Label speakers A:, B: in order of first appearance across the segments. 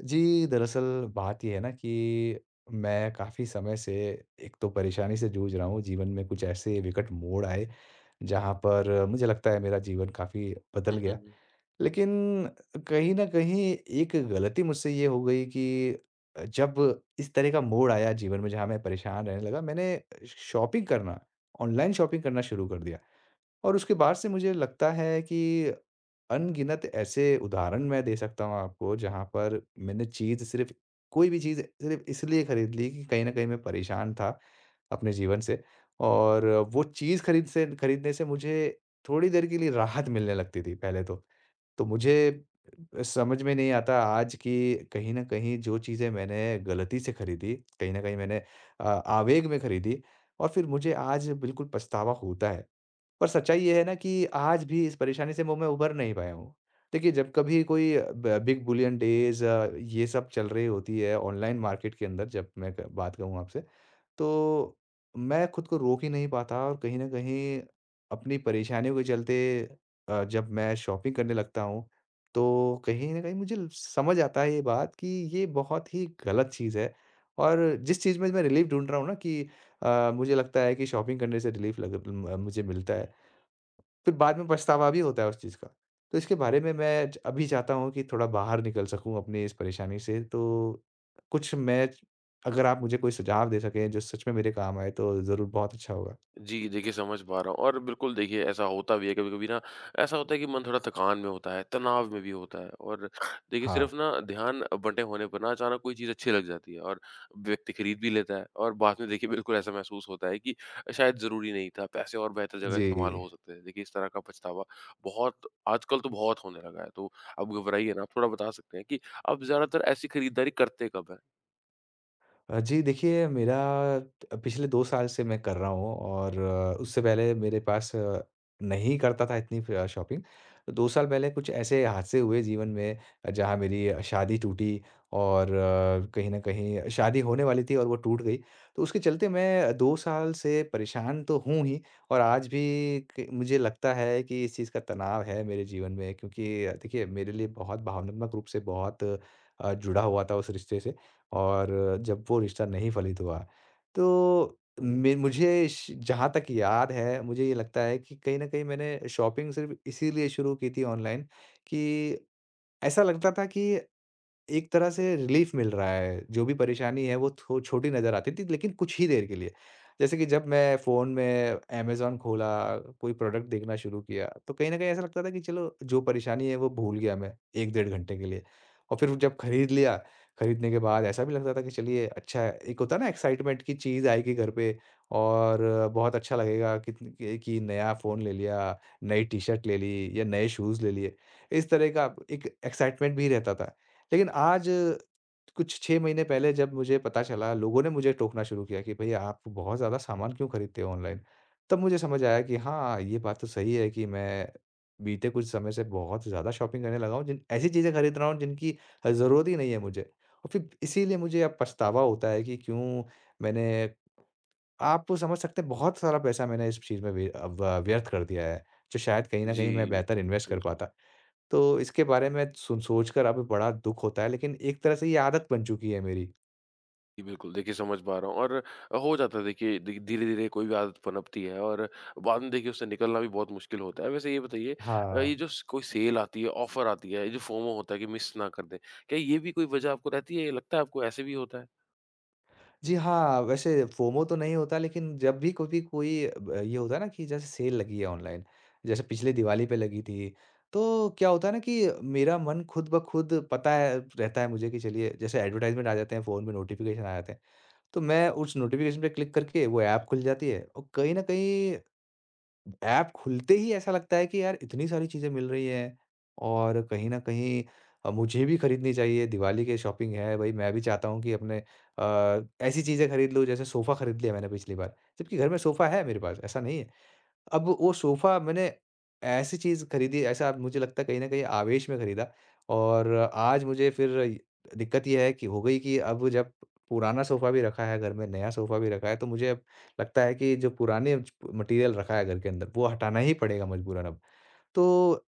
A: जी, दरअसल बात ये है ना कि मैं काफ़ी समय से एक तो परेशानी से जूझ रहा हूँ। जीवन में कुछ ऐसे विकट मोड़ आए, जहाँ पर मुझे लगता है मेरा जीवन काफ़ी बदल
B: हुँ,
A: गया।
B: हुँ।
A: लेकिन कहीं न कहीं एक गलती मुझसे ये हो गई कि जब इस तरह का मोड़ आया जीवन में जहाँ मैं परेशान रहने लगा, मैंने शॉपिंग करना, ऑनलाइन शॉपिंग करना शुरू कर दिया। और उसके बाद से मुझे लगता है कि अनगिनत ऐसे उदाहरण मैं दे सकता हूँ आपको, जहाँ पर मैंने चीज़ सिर्फ़ कोई भी चीज़ सिर्फ़ इसलिए खरीद ली कि कहीं न कहीं मैं परेशान था अपने जीवन से, और वो चीज़ खरीदने से मुझे थोड़ी देर के लिए राहत मिलने लगती थी पहले तो। तो मुझे समझ में नहीं आता आज कि कहीं न कहीं जो चीज़ें मैंने गलती से खरीदी, कहीं न कहीं मैंने आवेग में खरीदी, और फिर मुझे आज बिल्कुल पछतावा होता है। पर सच्चाई ये है ना कि आज भी इस परेशानी से मैं उभर नहीं पाया हूँ। देखिए, जब कभी कोई ब बिग बुलियन डेज़, ये सब चल रही होती है ऑनलाइन मार्केट के अंदर, जब मैं क बात कहूँ आपसे, तो मैं खुद को रोक ही नहीं पाता, और कहीं न कहीं अपनी परेशानियों के चलते जब मैं शॉपिंग करने लगता हूँ, तो कहीं न कहीं मुझे ल समझ आता है ये बात कि ये बहुत ही गलत चीज़ है। और जिस चीज़ में मैं रिलीफ़ ढूँढ रहा हूँ ना कि मुझे लगता है कि शॉपिंग करने से रिलीफ़ लग म मुझे मिलता है। फिर बाद में पछतावा भी होता है उस चीज़ का। तो इसके बारे में मैं च अभी चाहता हूँ कि थोड़ा बाहर निकल सकूँ अपनी इस परेशानी से, तो कुछ मैं अगर आप मुझे कोई सुझाव दे सकें जो सच में मेरे काम आए तो ज़रूर बहुत अच्छा होगा।
B: जी, देखिए समझ पा रहा हूँ और बिल्कुल देखिए ऐसा होता भी है कभी-कभी ना ऐसा होता है कि मन थोड़ा थकान में होता है, तनाव में भी होता है और देखिए
A: हाँ।
B: सिर्फ़ ना ध्यान बँटे होने पर ना अचानक कोई चीज़ अच्छी लग जाती है और व्यक्ति खरीद भी लेता है और बाद में देखिए बिल्कुल ऐसा महसूस होता है कि शायद ज़रूरी नहीं था, पैसे और बेहतर जगह
A: जी।
B: इस्तेमाल हो सकते थे। देखिए इस तरह का पछतावा बहुत आजकल तो बहुत होने लगा है, तो आप घबराइए ना, आप थोड़ा बता सकते हैं कि आप ज़्यादातर ऐसी खरीदारी करते कब हैं?
A: जी देखिए, मेरा पिछले 2 साल से मैं कर रहा हूँ, और उससे पहले नहीं करता था इतनी शॉपिंग। 2 साल पहले कुछ ऐसे हादसे हुए जीवन में, जहाँ मेरी शादी टूटी, और कहीं न कहीं शादी होने वाली थी और वो टूट गई। तो उसके चलते मैं 2 साल से परेशान तो हूँ ही, और आज भी क मुझे लगता है कि इस चीज़ का तनाव है मेरे जीवन में, क्योंकि देखिए, मेरे लिए बहुत भावनात्मक रूप से बहुत जुड़ा हुआ था उस रिश्ते से। और जब वो रिश्ता नहीं फलित हुआ, तो मे मुझे श जहाँ तक याद है, मुझे ये लगता है कि कहीं न कहीं मैंने शॉपिंग सिर्फ़ इसीलिए शुरू की थी ऑनलाइन, कि ऐसा लगता था कि एक तरह से रिलीफ मिल रहा है, जो भी परेशानी है वो थो छोटी नज़र आती थी, लेकिन कुछ ही देर के लिए। जैसे कि जब मैं फ़ोन में अमेज़न खोला, कोई प्रोडक्ट देखना शुरू किया, तो कहीं न कहीं ऐसा लगता था कि चलो, जो परेशानी है वो भूल गया मैं 1 डेढ़ घंटे के लिए। और फिर जब खरीद लिया, खरीदने के बाद ऐसा भी लगता था कि चलिए, अच्छा है। एक होता है ना, एक्साइटमेंट की चीज़ आएगी घर पे, और बहुत अच्छा लगेगा कितन कि नया फ़ोन ले लिया, नई टी-शर्ट ले ली, या नए शूज़ ले लिए। इस तरह का एक एक्साइटमेंट भी रहता था। लेकिन आज, कुछ 6 महीने पहले जब मुझे पता चला, लोगों ने मुझे टोकना शुरू किया कि भई, आप बहुत ज़्यादा सामान क्यों खरीदते हो ऑनलाइन? तब मुझे समझ आया कि हाँ, ये बात तो सही है कि मैं बीते कुछ समय से बहुत ज़्यादा शॉपिंग करने लगा हूँ, जिन ऐसी चीज़ें खरीद रहा हूँ जिनकी ज़रूरत ही नहीं है मुझे। और फिर इसीलिए मुझे अब पछतावा होता है कि क्यों मैंने आप समझ सकते हैं, बहुत सारा पैसा मैंने इस चीज़ में वे अ, व व्यर्थ कर दिया है, जो शायद कहीं न
B: जी,
A: कहीं मैं बेहतर इन्वेस्ट कर
B: बिल्कुल।
A: पाता। तो इसके बारे में सुन सोचकर अब बड़ा दुःख होता है, लेकिन एक तरह से ये आदत बन चुकी है मेरी।
B: जी, बिल्कुल। देखिए समझ पा रहा हूँ और हो जाता है देखिए धी धीरे-धीरे कोई भी आदत पनपती है और बाद में देखिए उससे निकलना भी बहुत मुश्किल होता है। वैसे ये बताइए ये
A: हाँ।
B: जो स कोई सेल आती है, ऑफ़र आती है, ये जो फोमो होता है कि मिस ना कर दें, क्या ये भी कोई वजह आपको रहती है? लगता है आपको ऐसे भी होता है?
A: जी हाँ, वैसे फोमो तो नहीं होता, लेकिन जब भी कभी कोई ब ये होता है ना कि जैसे सेल लगी है ऑनलाइन, जैसे पिछले दिवाली पे लगी थी, तो क्या होता है ना कि मेरा मन खुद ब खुद पता है रहता है मुझे कि चलिए, जैसे एडवर्टाइज़मेंट आ जाते हैं, फ़ोन में नोटिफ़िकेशन आ जाते हैं, तो मैं उस नोटिफ़िकेशन पे क्लिक करके वो ऐप खुल जाती है, और कहीं न कहीं ऐप खुलते ही ऐसा लगता है कि यार, इतनी सारी चीज़ें मिल रही हैं, और कहीं न कहीं मुझे भी खरीदनी चाहिए, दिवाली की शॉपिंग है भई, मैं भी चाहता हूँ कि अपने अ, ऐसी चीज़ें खरीद लूँ, जैसे सोफ़ा खरीद लिया मैंने पिछली बार, जबकि घर में सोफ़ा है मेरे पास, ऐसा नहीं है। अब वो सोफ़ा मैंने, ऐसी चीज़ खरीदी, ऐसा अब मुझे लगता है कहीं न कहीं आवेश में खरीदा, और आज मुझे फिर इ दिक्कत ये है कि हो गई कि अब जब पुराना सोफ़ा भी रखा है घर में, नया सोफ़ा भी रखा है, तो मुझे अब लगता है कि जो पुराने च मटीरियल रखा है घर के अंदर, वो हटाना ही पड़ेगा मजबूरन अब। तो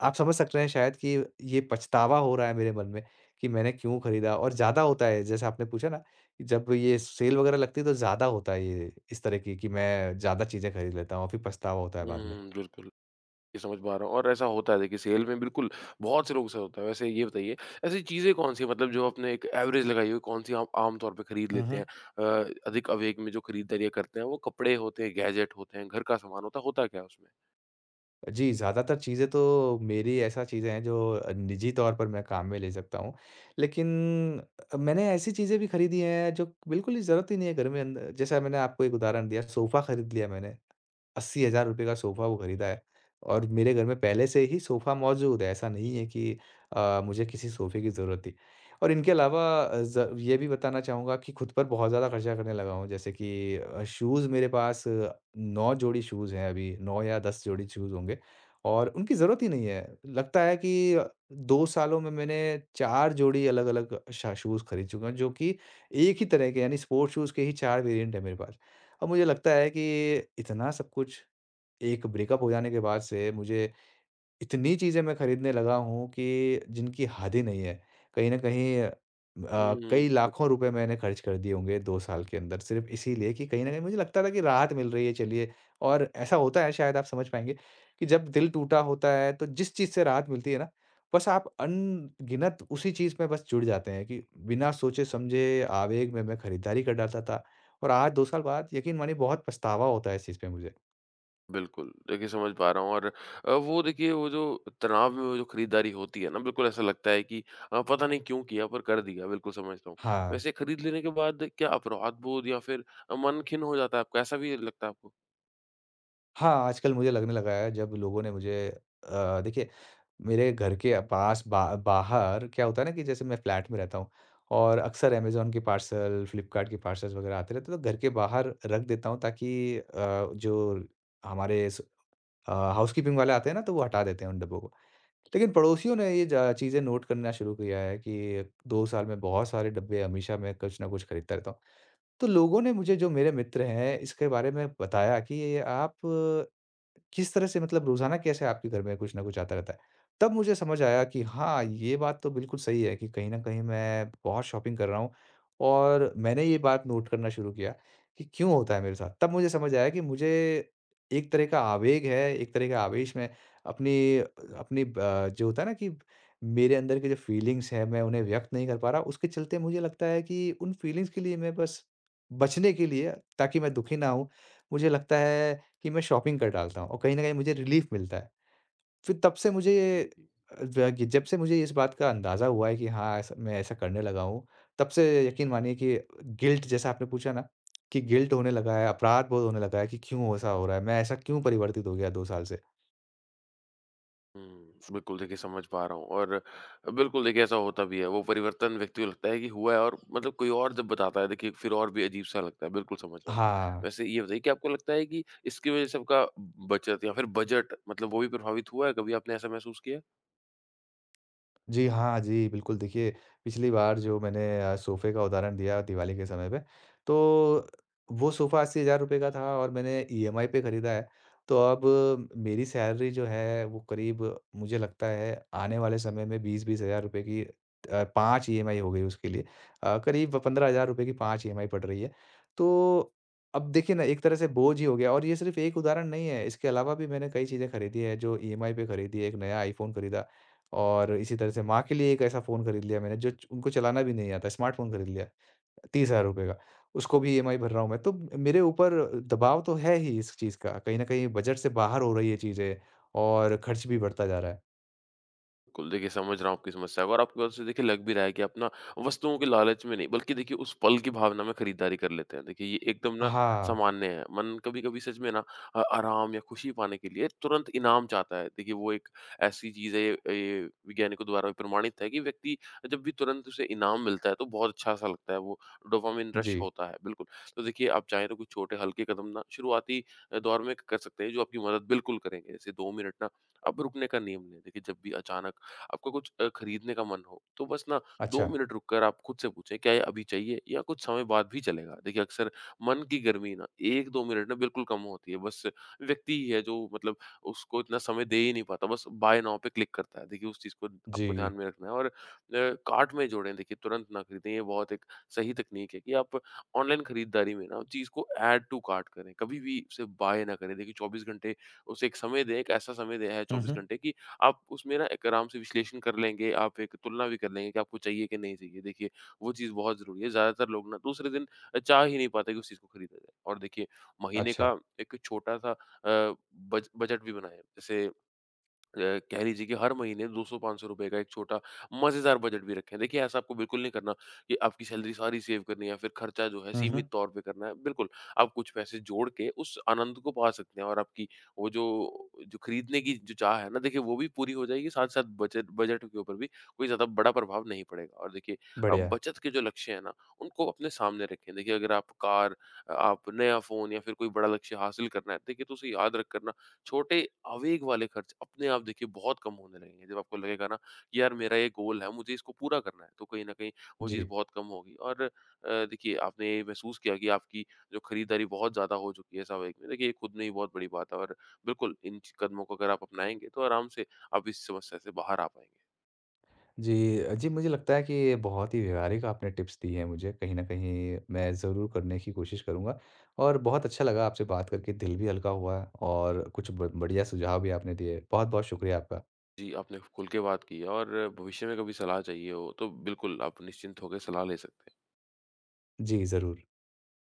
A: आप समझ सकते हैं शायद कि ये पछतावा हो रहा है मेरे मन में कि मैंने क्यों खरीदा, और ज़्यादा होता है, जैसे आपने पूछा ना कि जब ये सेल वगैरह लगती है, तो ज़्यादा होता है ये इस तरह की कि मैं ज़्यादा चीज़ें खरीद लेता हूँ, फिर पछतावा होता है बाद में।
B: हुँ, बिल्कुल। ये समझ पा रहा हूँ और ऐसा होता है देखिए सेल में बिल्कुल बहुत से लोगों के साथ होता है। वैसे ये बताइए ऐसी चीज़ें कौन-सी हैं मतलब जो आपने एक एवरेज लगाई हो कौन-सी आप आम तौर पे खरीद
A: हुँ,
B: लेते
A: हुँ।
B: हैं? अधिक आवेग में जो खरीदारियाँ करते हैं वो कपड़े होते हैं, गैजेट होते हैं, घर का सामान होता है, होता क्या है उसमें?
A: जी, ज़्यादातर चीज़ें तो मेरी ऐसा चीज़ें हैं जो निजी तौर पर मैं काम में ले सकता हूँ। लेकिन मैंने ऐसी चीज़ें भी खरीदी हैं जो बिल्कुल ही ज़रूरत ही नहीं है घर में अंद जैसा मैंने आपको एक उदाहरण दिया, सोफ़ा खरीद लिया मैंने। ₹80,000 का सोफ़ा वो खरीदा है, और मेरे घर में पहले से ही सोफ़ा मौजूद है, ऐसा नहीं है कि मुझे किसी सोफ़े की ज़रूरत थी। और इनके अलावा अ, ज़ ये भी बताना चाहूँगा कि खुद पर बहुत ज़्यादा खर्चा करने लगा हूँ, जैसे कि शूज़, मेरे पास 9 जोड़ी शूज़ हैं अभी, 9 या 10 जोड़ी शूज़ होंगे। और उनकी ज़रूरत ही नहीं है। लगता है कि 2 सालों में मैंने 4 जोड़ी अलग-अलग शा शूज़ खरीद चुका हूँ, जो कि एक ही तरह के, यानी स्पोर्ट्स शूज़ के ही 4 वेरिएंट हैं मेरे पास। अब मुझे लगता है कि इतना सब कुछ एक ब्रेकअप हो जाने के बाद से मुझे, इतनी चीज़ें मैं खरीदने लगा हूँ कि जिनकी हद ही नहीं है। कहीं न कहीं,
B: हुँ,
A: कई लाखों रुपए मैंने खर्च कर दिए होंगे 2 साल के अंदर, सिर्फ़ इसीलिए कि कहीं न कहीं मुझे लगता था कि राहत मिल रही है, चलिए। और ऐसा होता है, शायद आप समझ पाएँगे कि जब दिल टूटा होता है, तो जिस चीज़ से राहत मिलती है ना, बस आप अनगिनत उसी चीज़ में बस जुड़ जाते हैं कि बिना सोचे-समझे आवेग में मैं खरीदारी कर डालता था, और आज 2 साल बाद यकीन मानिए, बहुत पछतावा होता है इस चीज़ पे मुझे।
B: बिल्कुल। देखिए समझ पा रहा हूँ और वो देखिए वो जो तनाव में वो जो खरीदारी होती है ना, बिल्कुल ऐसा लगता है कि पता नहीं क्यों किया पर कर दिया, बिल्कुल समझता हूँ।
A: हाँ।
B: वैसे खरीद लेने के बाद क्या अपराध बोध या फिर मन खिन्न हो जाता है आपका, ऐसा भी लगता है
A: हाँ, आजकल मुझे लगने लगा है, जब लोगों ने मुझे अ, देखिए, मेरे घर के पास बा बाहर क्या होता है ना कि जैसे मैं फ्लैट में रहता हूँ, और अक्सर अमेज़न के पार्सल, फ्लिपकार्ट के पार्सल्स वग़ैरह आते रहते हैं, तो घर के बाहर रख देता हूँ ताकि जो हमारे हाउसकीपिंग वाले आते हैं ना, तो वो हटा देते हैं उन डब्बों को। लेकिन पड़ोसियों ने ये ज चीज़ें नोट करना शुरू किया है कि 2 साल में बहुत सारे डब्बे, हमेशा मैं कुछ ना कुछ खरीदता रहता हूँ। तो लोगों ने मुझे, जो मेरे मित्र हैं, इसके बारे में बताया कि ये आप किस तरह से, मतलब रोज़ाना कैसे आपके घर में कुछ ना कुछ आता रहता है। तब मुझे समझ आया कि हाँ, ये बात तो बिल्कुल सही है कि कहीं न कहीं मैं बहुत शॉपिंग कर रहा हूँ, और मैंने ये बात नोट करना शुरू किया कि क्यों होता है मेरे साथ। तब मुझे समझ आया कि मुझे एक तरह का आवेग है, एक तरह का आवेश में अपनी अपनी ब जो होता है ना कि मेरे अंदर की जो फीलिंग्स हैं, मैं उन्हें व्यक्त नहीं कर पा रहा। उसके चलते मुझे लगता है कि उन फीलिंग्स के लिए मैं बस बचने के लिए, ताकि मैं दुखी ना हूँ, मुझे लगता है कि मैं शॉपिंग कर डालता हूँ और कहीं न कहीं मुझे रिलीफ़ मिलता है। फिर तब से मुझे ये
B: आपको?
A: अ, ज कि जब से मुझे इस बात का अंदाज़ा हुआ है कि हाँ, ऐसा मैं ऐसा करने लगा हूँ, तब से यकीन मानिए कि गिल्ट, जैसा आपने पूछा ना, कि गिल्ट होने लगा है, अपराध बोध होने लगा है कि क्यों ऐसा हो रहा है? मैं ऐसा क्यों परिवर्तित हो गया 2 साल से?
B: हुँ। बिल्कुल देखिए समझ पा रहा हूँ और बिल्कुल देखिए ऐसा होता भी है। वो परिवर्तन व्यक्ति को लगता है कि हुआ है और मतलब कोई और जब बताता है देखिए फिर और भी अजीब-सा लगता है। बिल्कुल समझ रहा हूँ।
A: हाँ।
B: वैसे ये बताइए कि आपको लगता है कि इसकी वज़ह से आपका बचत या फिर बजट मतलब वो भी प्रभावित हुआ है? कभी आपने ऐसा महसूस किया है?
A: जी, हाँ, जी, बिल्कुल देखिए, पिछली बार जो मैंने सोफ़े का उदाहरण दिया दिवाली के समय पे, तो वो सोफ़ा ₹80,000 का था, और मैंने ईएमआई पे खरीदा है। तो अब मेरी सैलरी जो है वो करीब, मुझे लगता है आने वाले समय में 20-20,000 की 5 ईएमआई हो गई उसके लिए। करीब ₹15,000 की 5 ईएमआई पड़ रही है। तो अब देखिए ना, एक तरह से बोझ ही हो गया, और ये सिर्फ़ एक उदाहरण नहीं है, इसके अलावा भी मैंने कई चीज़ें खरीदी हैं जो ईएमआई पे खरीदी है, एक नया आईफ़ोन खरीदा। और इसी तरह से माँ के लिए एक ऐसा फ़ोन खरीद लिया मैंने जो च उनको चलाना भी नहीं आता, स्मार्टफ़ोन खरीद लिया, 30,000 का। उसको भी ईएमआई भर रहा हूँ मैं। तो मेरे ऊपर दबाव तो है ही इस चीज़ का, कहीं न कहीं बजट से बाहर हो रही है चीज़ें, और खर्च भी बढ़ता जा रहा है।
B: बिल्कुल, देखिए समझ रहा हूँ आपकी समस्या को और आपकी बातों से देखिए लग भी रहा है कि आप ना वस्तुओं के लालच में नहीं, बल्कि देखिए उस पल की भावना में खरीदारी कर लेते हैं। देखिए ये एकदम ना
A: हाँ,
B: सामान्य है। मन कभी-कभी सच में ना आराम या खुशी पाने के लिए तुरंत इनाम चाहता है। देखिए वो एक ऐसी चीज़ है, ये वैज्ञानिकों द्वारा भी प्रमाणित है कि व्यक्ति जब भी तुरंत उसे इनाम मिलता है, तो बहुत अच्छा-सा लगता है, वो डोपामाइन रश
A: जी।
B: होता है। बिल्कुल, तो देखिए आप चाहें तो कुछ छोटे हल्के कदम ना शुरुआती दौर में कर सकते हैं, जो आपकी मदद बिल्कुल करेंगे। जैसे 2 मिनट ना अब रुकने का नियम लें। देखिए जब भी अचानक आपका कुछ खरीदने का मन हो, तो बस ना 2
A: अच्छा,
B: मिनट रुक कर आप खुद से पूछें, "क्या ये अभी चाहिए?" या कुछ समय बाद भी चलेगा। देखिए, अक्सर मन की गर्मी ना 1-2 मिनट ना बिल्कुल कम होती है। बस व्यक्ति ही है जो मतलब उसको इतना समय दे ही नहीं पाता, बस बाय नाउ पे क्लिक करता है। देखिए, उस चीज़ को आपको ध्यान
A: जी।
B: में रखना है और कार्ट में जोड़ें, देखिए तुरंत ना खरीदें। ये बहुत एक सही तकनीक है कि आप ऑनलाइन खरीदारी में ना चीज़ को ऐड टू कार्ट करें, कभी भी उसे बाय ना करें। देखिए, 24 घंटे उसे एक समय दें, एक ऐसा समय दें है
A: हुँ,
B: 24
A: हुँ।
B: घंटे कि आप उसमें ना एक आराम से विश्लेषण कर लेंगे, आप एक तुलना भी कर लेंगे कि आपको चाहिए कि नहीं चाहिए। देखिए, वो चीज़ बहुत ज़रूरी है। ज़्यादातर लोग ना दूसरे दिन चाह ही नहीं पाते कि उस चीज़ को खरीदा जाए और देखिए महीने
A: अच्छा।
B: का एक छोटा-सा बज बजट भी बनाएँ। जैसे कह लीजिए कि हर महीने 200-500 रुपए का एक छोटा मज़ेदार बजट भी रखें। देखिए ऐसा आपको बिल्कुल नहीं करना कि आपकी सैलरी सारी सेव करनी है या फिर खर्चा जो है
A: हुँ,
B: सीमित
A: हुँ।
B: तौर पे करना है। बिल्कुल, आप कुछ पैसे जोड़ के उस आनंद को पा सकते हैं और आपकी वो जो जो खरीदने की जो चाह है ना देखिए वो भी पूरी हो जाएगी, साथ-साथ बजट बजट के ऊपर भी कोई ज़्यादा बड़ा प्रभाव नहीं पड़ेगा। और देखिए
A: बढ़िया।
B: बचत के जो लक्ष्य हैं ना उनको अपने सामने रखें। देखिए अगर आप कार, आप नया फ़ोन या फिर कोई बड़ा लक्ष्य हासिल करना है देखिए तो उसे याद रख कर ना छोटे आवेग वाले खर्च अपने आप देखिए बहुत कम होने लगेंगे। जब आपको लगेगा ना कि यार मेरा ये गोल है, मुझे इसको पूरा करना है, तो कहीं न कहीं वो चीज़
A: जी।
B: बहुत कम होगी और देखिए आपने ये महसूस किया कि आपकी जो खरीदारी बहुत ज़्यादा हो चुकी है इस आवेग में, देखिए ये खुद में ही बहुत बड़ी बात है और बिल्कुल इन च कदमों को अगर आप अपनाएँगे तो आराम से आप इस समस्या से बाहर आ पाएँगे।
A: जी, जी, मुझे लगता है कि ये बहुत ही व्यवहारिक आपने टिप्स दी हैं मुझे, कहीं न कहीं मैं ज़रूर करने की कोशिश करूँगा, और बहुत अच्छा लगा आपसे बात करके, दिल भी हल्का हुआ और कुछ ब बढ़िया सुझाव भी आपने दिए। बहुत-बहुत शुक्रिया आपका।
B: जी, आपने खुल के बात की है और भविष्य में कभी सलाह चाहिए हो तो बिल्कुल आप निश्चिंत होकर सलाह ले सकते हैं।
A: जी, ज़रूर।